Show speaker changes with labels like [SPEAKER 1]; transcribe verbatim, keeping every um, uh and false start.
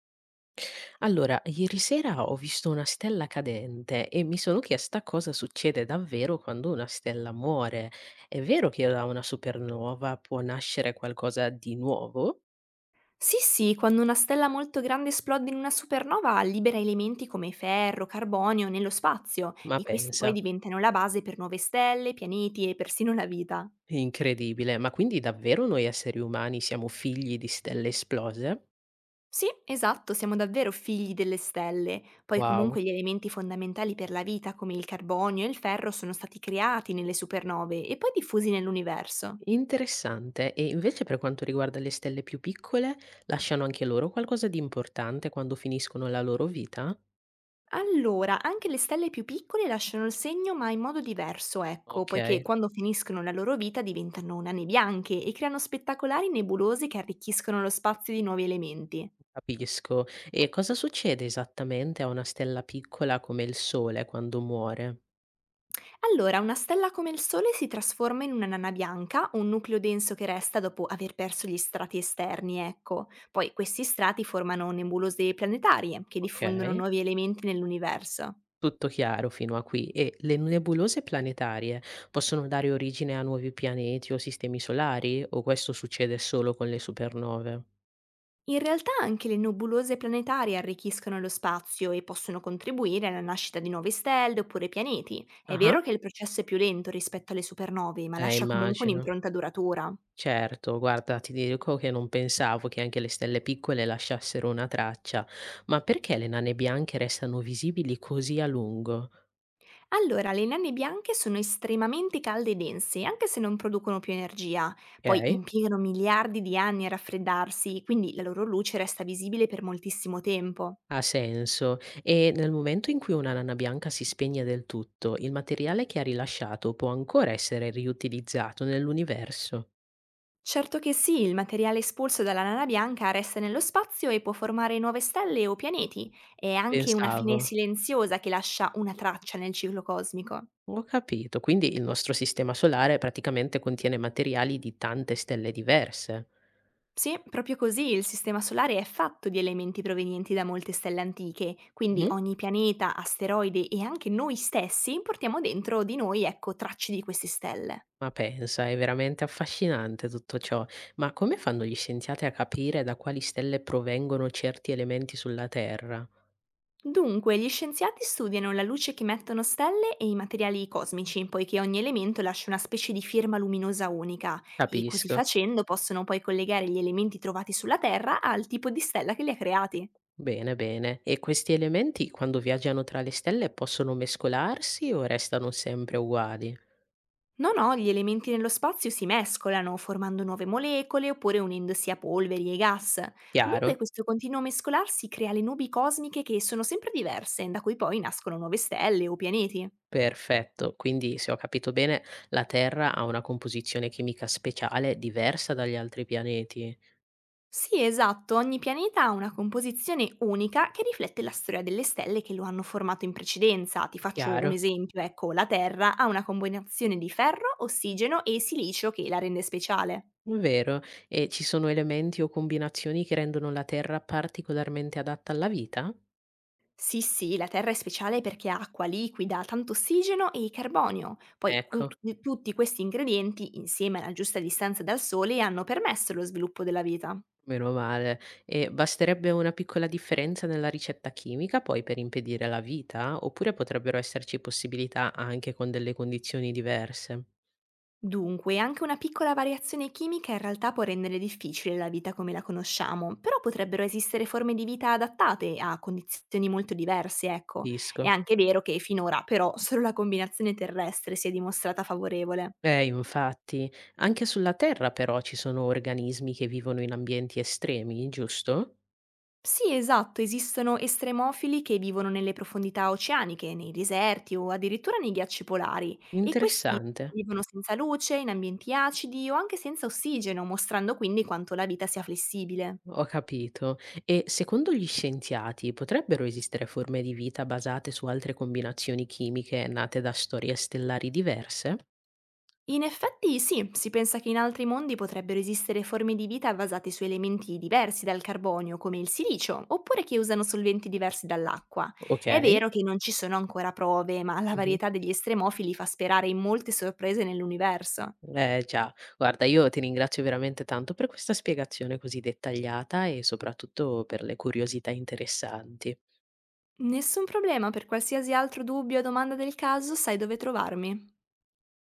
[SPEAKER 1] Allora, ieri sera ho visto una stella cadente e mi sono chiesta cosa succede davvero quando una stella muore. È vero che da una supernova può nascere qualcosa di nuovo?
[SPEAKER 2] Sì, sì, quando una stella molto grande esplode in una supernova libera elementi come ferro, carbonio nello spazio
[SPEAKER 1] Ma
[SPEAKER 2] e questi poi
[SPEAKER 1] pensa,
[SPEAKER 2] diventano la base per nuove stelle, pianeti e persino la vita.
[SPEAKER 1] è incredibile. Ma quindi davvero noi esseri umani siamo figli di stelle esplose?
[SPEAKER 2] Sì, esatto, siamo davvero figli delle stelle. Poi
[SPEAKER 1] Wow,
[SPEAKER 2] comunque gli elementi fondamentali per la vita come il carbonio e il ferro sono stati creati nelle supernove e poi diffusi nell'universo.
[SPEAKER 1] interessante. E invece per quanto riguarda le stelle più piccole, lasciano anche loro qualcosa di importante quando finiscono la loro vita?
[SPEAKER 2] Allora, anche le stelle più piccole lasciano il segno, ma in modo diverso, ecco,
[SPEAKER 1] Ok.
[SPEAKER 2] poiché quando finiscono la loro vita diventano nane bianche e creano spettacolari nebulose che arricchiscono lo spazio di nuovi elementi.
[SPEAKER 1] Capisco. E cosa succede esattamente a una stella piccola come il Sole quando muore?
[SPEAKER 2] Allora, una stella come il Sole si trasforma in una nana bianca, un nucleo denso che resta dopo aver perso gli strati esterni, ecco. Poi questi strati formano nebulose planetarie che
[SPEAKER 1] Ok,
[SPEAKER 2] diffondono nuovi elementi nell'universo.
[SPEAKER 1] tutto chiaro fino a qui. E le nebulose planetarie possono dare origine a nuovi pianeti o sistemi solari? O questo succede solo con le supernove?
[SPEAKER 2] In realtà anche le nebulose planetarie arricchiscono lo spazio e possono contribuire alla nascita di nuove stelle oppure pianeti. È
[SPEAKER 1] Ah,
[SPEAKER 2] vero che il processo è più lento rispetto alle supernove, ma
[SPEAKER 1] eh,
[SPEAKER 2] lascia comunque
[SPEAKER 1] immagino.
[SPEAKER 2] un'impronta duratura.
[SPEAKER 1] Certo, guarda, ti dico che non pensavo che anche le stelle piccole lasciassero una traccia. Ma perché le nane bianche restano visibili così a lungo?
[SPEAKER 2] Allora, le nane bianche sono estremamente calde e dense, anche se non producono più energia. Poi
[SPEAKER 1] Ok.
[SPEAKER 2] impiegano miliardi di anni a raffreddarsi, quindi la loro luce resta visibile per moltissimo tempo.
[SPEAKER 1] Ha senso. E nel momento in cui una lana bianca si spegne del tutto, il materiale che ha rilasciato può ancora essere riutilizzato nell'universo.
[SPEAKER 2] Certo che sì, il materiale espulso dalla nana bianca resta nello spazio e può formare nuove stelle o pianeti, è anche una fine
[SPEAKER 1] Pensavo.
[SPEAKER 2] silenziosa che lascia una traccia nel ciclo cosmico.
[SPEAKER 1] Ho capito. Quindi il nostro sistema solare praticamente contiene materiali di tante stelle diverse.
[SPEAKER 2] Sì, proprio così il Sistema Solare è fatto di elementi provenienti da molte stelle antiche, quindi
[SPEAKER 1] Mhm.
[SPEAKER 2] ogni pianeta, asteroide e anche noi stessi portiamo dentro di noi, ecco, tracce di queste stelle.
[SPEAKER 1] Ma pensa, è veramente affascinante tutto ciò. Ma come fanno gli scienziati a capire da quali stelle provengono certi elementi sulla Terra?
[SPEAKER 2] Dunque, gli scienziati studiano la luce che emettono stelle e i materiali cosmici, poiché ogni elemento lascia una specie di firma luminosa unica, e così
[SPEAKER 1] Capisco.
[SPEAKER 2] facendo possono poi collegare gli elementi trovati sulla Terra al tipo di stella che li ha creati.
[SPEAKER 1] Bene, bene. E questi elementi quando viaggiano tra le stelle possono mescolarsi o restano sempre uguali?
[SPEAKER 2] No, no, gli elementi nello spazio si mescolano, formando nuove molecole oppure unendosi a polveri e gas. Comunque
[SPEAKER 1] Chiaro?
[SPEAKER 2] questo continuo mescolarsi crea le nubi cosmiche che sono sempre diverse, da cui poi nascono nuove stelle o pianeti.
[SPEAKER 1] Perfetto. Quindi, se ho capito bene, la Terra ha una composizione chimica speciale diversa dagli altri pianeti.
[SPEAKER 2] Sì, esatto, ogni pianeta ha una composizione unica che riflette la storia delle stelle che lo hanno formato in precedenza. Ti faccio un
[SPEAKER 1] Chiaro?
[SPEAKER 2] esempio, ecco, la Terra ha una combinazione di ferro, ossigeno e silicio che la rende speciale.
[SPEAKER 1] Vero. E ci sono elementi o combinazioni che rendono la Terra particolarmente adatta alla vita?
[SPEAKER 2] Sì, sì, la Terra è speciale perché ha acqua liquida, tanto ossigeno e carbonio. Poi cu-
[SPEAKER 1] Ecco.
[SPEAKER 2] tutti questi ingredienti, insieme alla giusta distanza dal Sole, hanno permesso lo sviluppo della vita.
[SPEAKER 1] Meno male. E basterebbe una piccola differenza nella ricetta chimica poi per impedire la vita? Oppure potrebbero esserci possibilità anche con delle condizioni diverse?
[SPEAKER 2] Dunque, anche una piccola variazione chimica in realtà può rendere difficile la vita come la conosciamo, però potrebbero esistere forme di vita adattate a condizioni molto diverse, ecco. È
[SPEAKER 1] Disco.
[SPEAKER 2] anche vero che finora però solo la combinazione terrestre si è dimostrata favorevole.
[SPEAKER 1] Eh, infatti, anche sulla Terra però ci sono organismi che vivono in ambienti estremi, giusto?
[SPEAKER 2] Sì, esatto, esistono estremofili che vivono nelle profondità oceaniche, nei deserti o addirittura nei ghiacci polari e questi
[SPEAKER 1] Interessante.
[SPEAKER 2] vivono senza luce, in ambienti acidi o anche senza ossigeno, mostrando quindi quanto la vita sia flessibile.
[SPEAKER 1] Ho capito. E secondo gli scienziati potrebbero esistere forme di vita basate su altre combinazioni chimiche nate da storie stellari diverse?
[SPEAKER 2] In effetti sì, si pensa che in altri mondi potrebbero esistere forme di vita basate su elementi diversi dal carbonio, come il silicio, oppure che usano solventi diversi dall'acqua.
[SPEAKER 1] Ok.
[SPEAKER 2] È vero che non ci sono ancora prove, ma la varietà degli estremofili fa sperare in molte sorprese nell'universo.
[SPEAKER 1] Eh già, guarda, io ti ringrazio veramente tanto per questa spiegazione così dettagliata e soprattutto per le curiosità interessanti.
[SPEAKER 2] Nessun problema, per qualsiasi altro dubbio o domanda del caso sai dove trovarmi.